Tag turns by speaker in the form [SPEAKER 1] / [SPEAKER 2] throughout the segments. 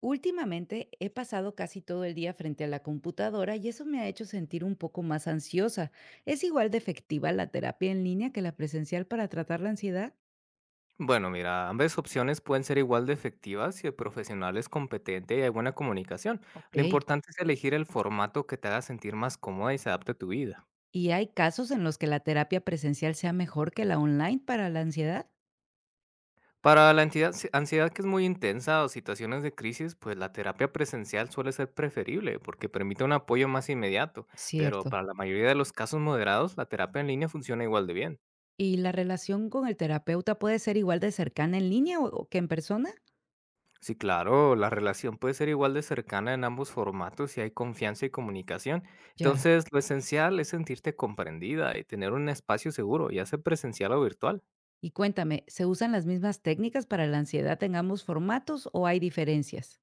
[SPEAKER 1] Últimamente he pasado casi todo el día frente a la computadora y eso me ha hecho sentir un poco más ansiosa. ¿Es igual de efectiva la terapia en línea que la presencial para tratar la ansiedad?
[SPEAKER 2] Bueno, mira, ambas opciones pueden ser igual de efectivas si el profesional es competente y hay buena comunicación. Lo
[SPEAKER 1] Ok.
[SPEAKER 2] importante es elegir el formato que te haga sentir más cómoda y se adapte a tu vida.
[SPEAKER 1] ¿Y hay casos en los que la terapia presencial sea mejor que la online para la ansiedad?
[SPEAKER 2] Para la ansiedad, si, ansiedad que es muy intensa o situaciones de crisis, pues la terapia presencial suele ser preferible porque permite un apoyo más inmediato, pero
[SPEAKER 1] Cierto.
[SPEAKER 2] para la mayoría de los casos moderados, la terapia en línea funciona igual de bien.
[SPEAKER 1] ¿Y la relación con el terapeuta puede ser igual de cercana en línea o que en persona?
[SPEAKER 2] Sí, claro, la relación puede ser igual de cercana en ambos formatos si hay confianza y comunicación.
[SPEAKER 1] Ya.
[SPEAKER 2] Entonces, lo esencial es sentirte comprendida y tener un espacio seguro, ya sea presencial o virtual.
[SPEAKER 1] Y cuéntame, ¿se usan las mismas técnicas para la ansiedad en ambos formatos o hay diferencias?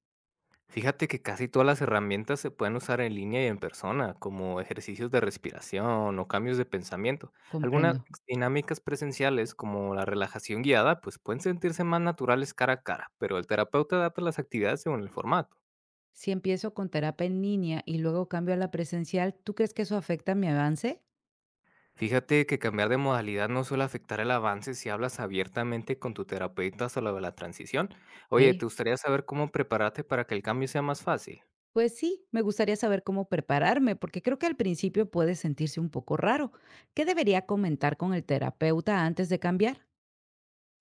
[SPEAKER 2] Fíjate que casi todas las herramientas se pueden usar en línea y en persona, como ejercicios de respiración o cambios de pensamiento. Algunas
[SPEAKER 1] Comprendo.
[SPEAKER 2] dinámicas presenciales, como la relajación guiada, pues pueden sentirse más naturales cara a cara, pero el terapeuta adapta las actividades según el formato.
[SPEAKER 1] Si empiezo con terapia en línea y luego cambio a la presencial, ¿tú crees que eso afecta mi avance?
[SPEAKER 2] Fíjate que cambiar de modalidad no suele afectar el avance si hablas abiertamente con tu terapeuta sobre la transición. Oye,
[SPEAKER 1] Ok,
[SPEAKER 2] ¿te gustaría saber cómo prepararte para que el cambio sea más fácil?
[SPEAKER 1] pues sí, me gustaría saber cómo prepararme, porque creo que al principio puede sentirse un poco raro. ¿Qué debería comentar con el terapeuta antes de cambiar?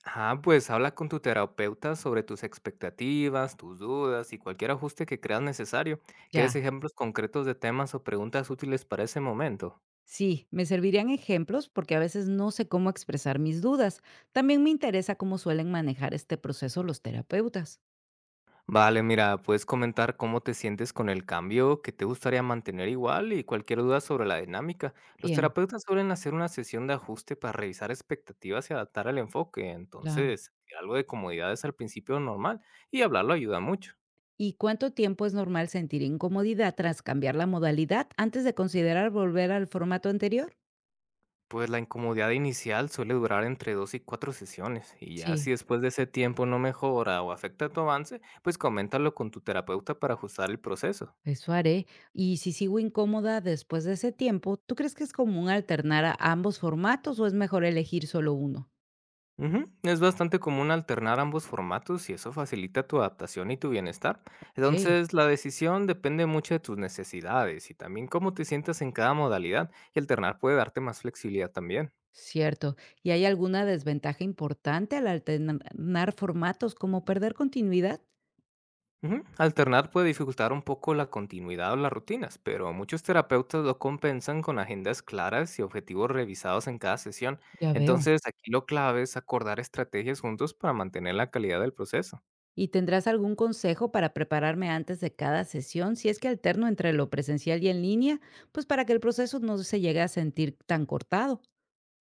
[SPEAKER 2] Ah, pues habla con tu terapeuta sobre tus expectativas, tus dudas y cualquier ajuste que creas necesario. ¿Quieres
[SPEAKER 1] Ya.
[SPEAKER 2] ejemplos concretos de temas o preguntas útiles para ese momento?
[SPEAKER 1] Sí, me servirían ejemplos porque a veces no sé cómo expresar mis dudas. También me interesa cómo suelen manejar este proceso los terapeutas.
[SPEAKER 2] Vale, mira, puedes comentar cómo te sientes con el cambio que te gustaría mantener igual y cualquier duda sobre la dinámica. Los
[SPEAKER 1] Bien,
[SPEAKER 2] terapeutas suelen hacer una sesión de ajuste para revisar expectativas y adaptar el enfoque,
[SPEAKER 1] claro.
[SPEAKER 2] entonces algo de comodidad es al principio es normal y hablarlo ayuda mucho.
[SPEAKER 1] ¿Y cuánto tiempo es normal sentir incomodidad tras cambiar la modalidad antes de considerar volver al formato anterior?
[SPEAKER 2] Pues la incomodidad inicial suele durar entre dos y cuatro sesiones y ya
[SPEAKER 1] Sí,
[SPEAKER 2] si después de ese tiempo no mejora o afecta tu avance, pues coméntalo con tu terapeuta para ajustar el proceso.
[SPEAKER 1] eso haré. Y si sigo incómoda después de ese tiempo, ¿tú crees que es común alternar a ambos formatos o es mejor elegir solo uno?
[SPEAKER 2] Ujú, es bastante común alternar ambos formatos y eso facilita tu adaptación y tu bienestar.
[SPEAKER 1] Ok,
[SPEAKER 2] Entonces, la decisión depende mucho de tus necesidades y también cómo te sientas en cada modalidad y alternar puede darte más flexibilidad también.
[SPEAKER 1] cierto. ¿Y hay alguna desventaja importante al alternar formatos como perder continuidad?
[SPEAKER 2] Ujú, alternar puede dificultar un poco la continuidad o las rutinas, pero muchos terapeutas lo compensan con agendas claras y objetivos revisados en cada sesión.
[SPEAKER 1] Ya veo.
[SPEAKER 2] Entonces, aquí lo clave es acordar estrategias juntos para mantener la calidad del proceso.
[SPEAKER 1] ¿Y tendrás algún consejo para prepararme antes de cada sesión, si es que alterno entre lo presencial y en línea, pues para que el proceso no se llegue a sentir tan cortado?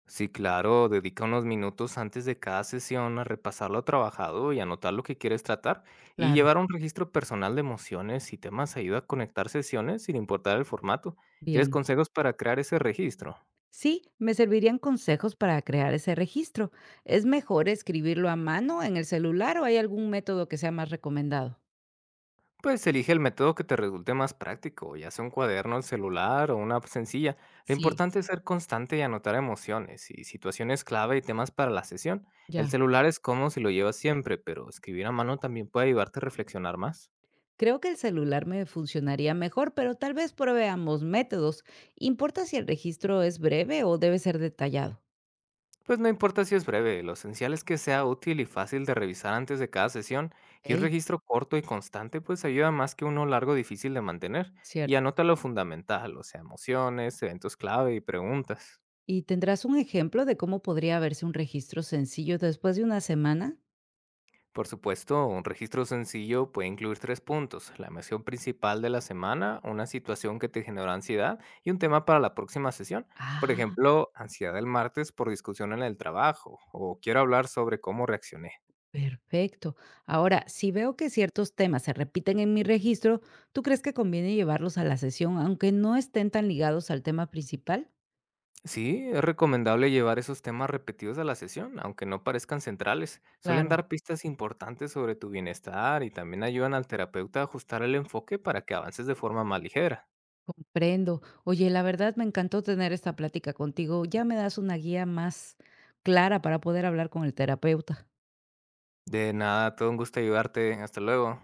[SPEAKER 2] Sí, claro, dedica unos minutos antes de cada sesión a repasar lo trabajado y anotar lo que quieres tratar. Y
[SPEAKER 1] Claro,
[SPEAKER 2] llevar un registro personal de emociones y temas ayuda a conectar sesiones sin importar el formato. ¿Quieres
[SPEAKER 1] bien.
[SPEAKER 2] consejos para crear ese registro?
[SPEAKER 1] Sí, me servirían consejos para crear ese registro. ¿Es mejor escribirlo a mano en el celular o hay algún método que sea más recomendado?
[SPEAKER 2] Pues elige el método que te resulte más práctico, ya sea un cuaderno, el celular o una app sencilla. Lo
[SPEAKER 1] Sí,
[SPEAKER 2] importante es ser constante y anotar emociones y situaciones clave y temas para la sesión. El
[SPEAKER 1] ya.
[SPEAKER 2] celular es como si lo llevas siempre, pero escribir a mano también puede ayudarte a reflexionar más.
[SPEAKER 1] Creo que el celular me funcionaría mejor, pero tal vez pruebe ambos métodos. ¿Importa si el registro es breve o debe ser detallado?
[SPEAKER 2] Pues no importa si es breve, lo esencial es que sea útil y fácil de revisar antes de cada sesión, y un
[SPEAKER 1] Ok,
[SPEAKER 2] registro corto y constante pues ayuda más que uno largo difícil de mantener, y
[SPEAKER 1] cierto.
[SPEAKER 2] anota lo fundamental, o sea, emociones, eventos clave y preguntas.
[SPEAKER 1] ¿Y tendrás un ejemplo de cómo podría verse un registro sencillo después de una semana?
[SPEAKER 2] Por supuesto, un registro sencillo puede incluir tres puntos, la emoción principal de la semana, una situación que te generó ansiedad y un tema para la próxima sesión. Por
[SPEAKER 1] Ah,
[SPEAKER 2] ejemplo, ansiedad el martes por discusión en el trabajo, o quiero hablar sobre cómo reaccioné.
[SPEAKER 1] perfecto. Ahora, si veo que ciertos temas se repiten en mi registro, ¿tú crees que conviene llevarlos a la sesión, aunque no estén tan ligados al tema principal?
[SPEAKER 2] Sí, es recomendable llevar esos temas repetidos a la sesión, aunque no parezcan centrales. Suelen
[SPEAKER 1] Claro,
[SPEAKER 2] dar pistas importantes sobre tu bienestar y también ayudan al terapeuta a ajustar el enfoque para que avances de forma más ligera.
[SPEAKER 1] comprendo. Oye, la verdad me encantó tener esta plática contigo. Ya me das una guía más clara para poder hablar con el terapeuta.
[SPEAKER 2] De nada, todo un gusto ayudarte. Hasta luego.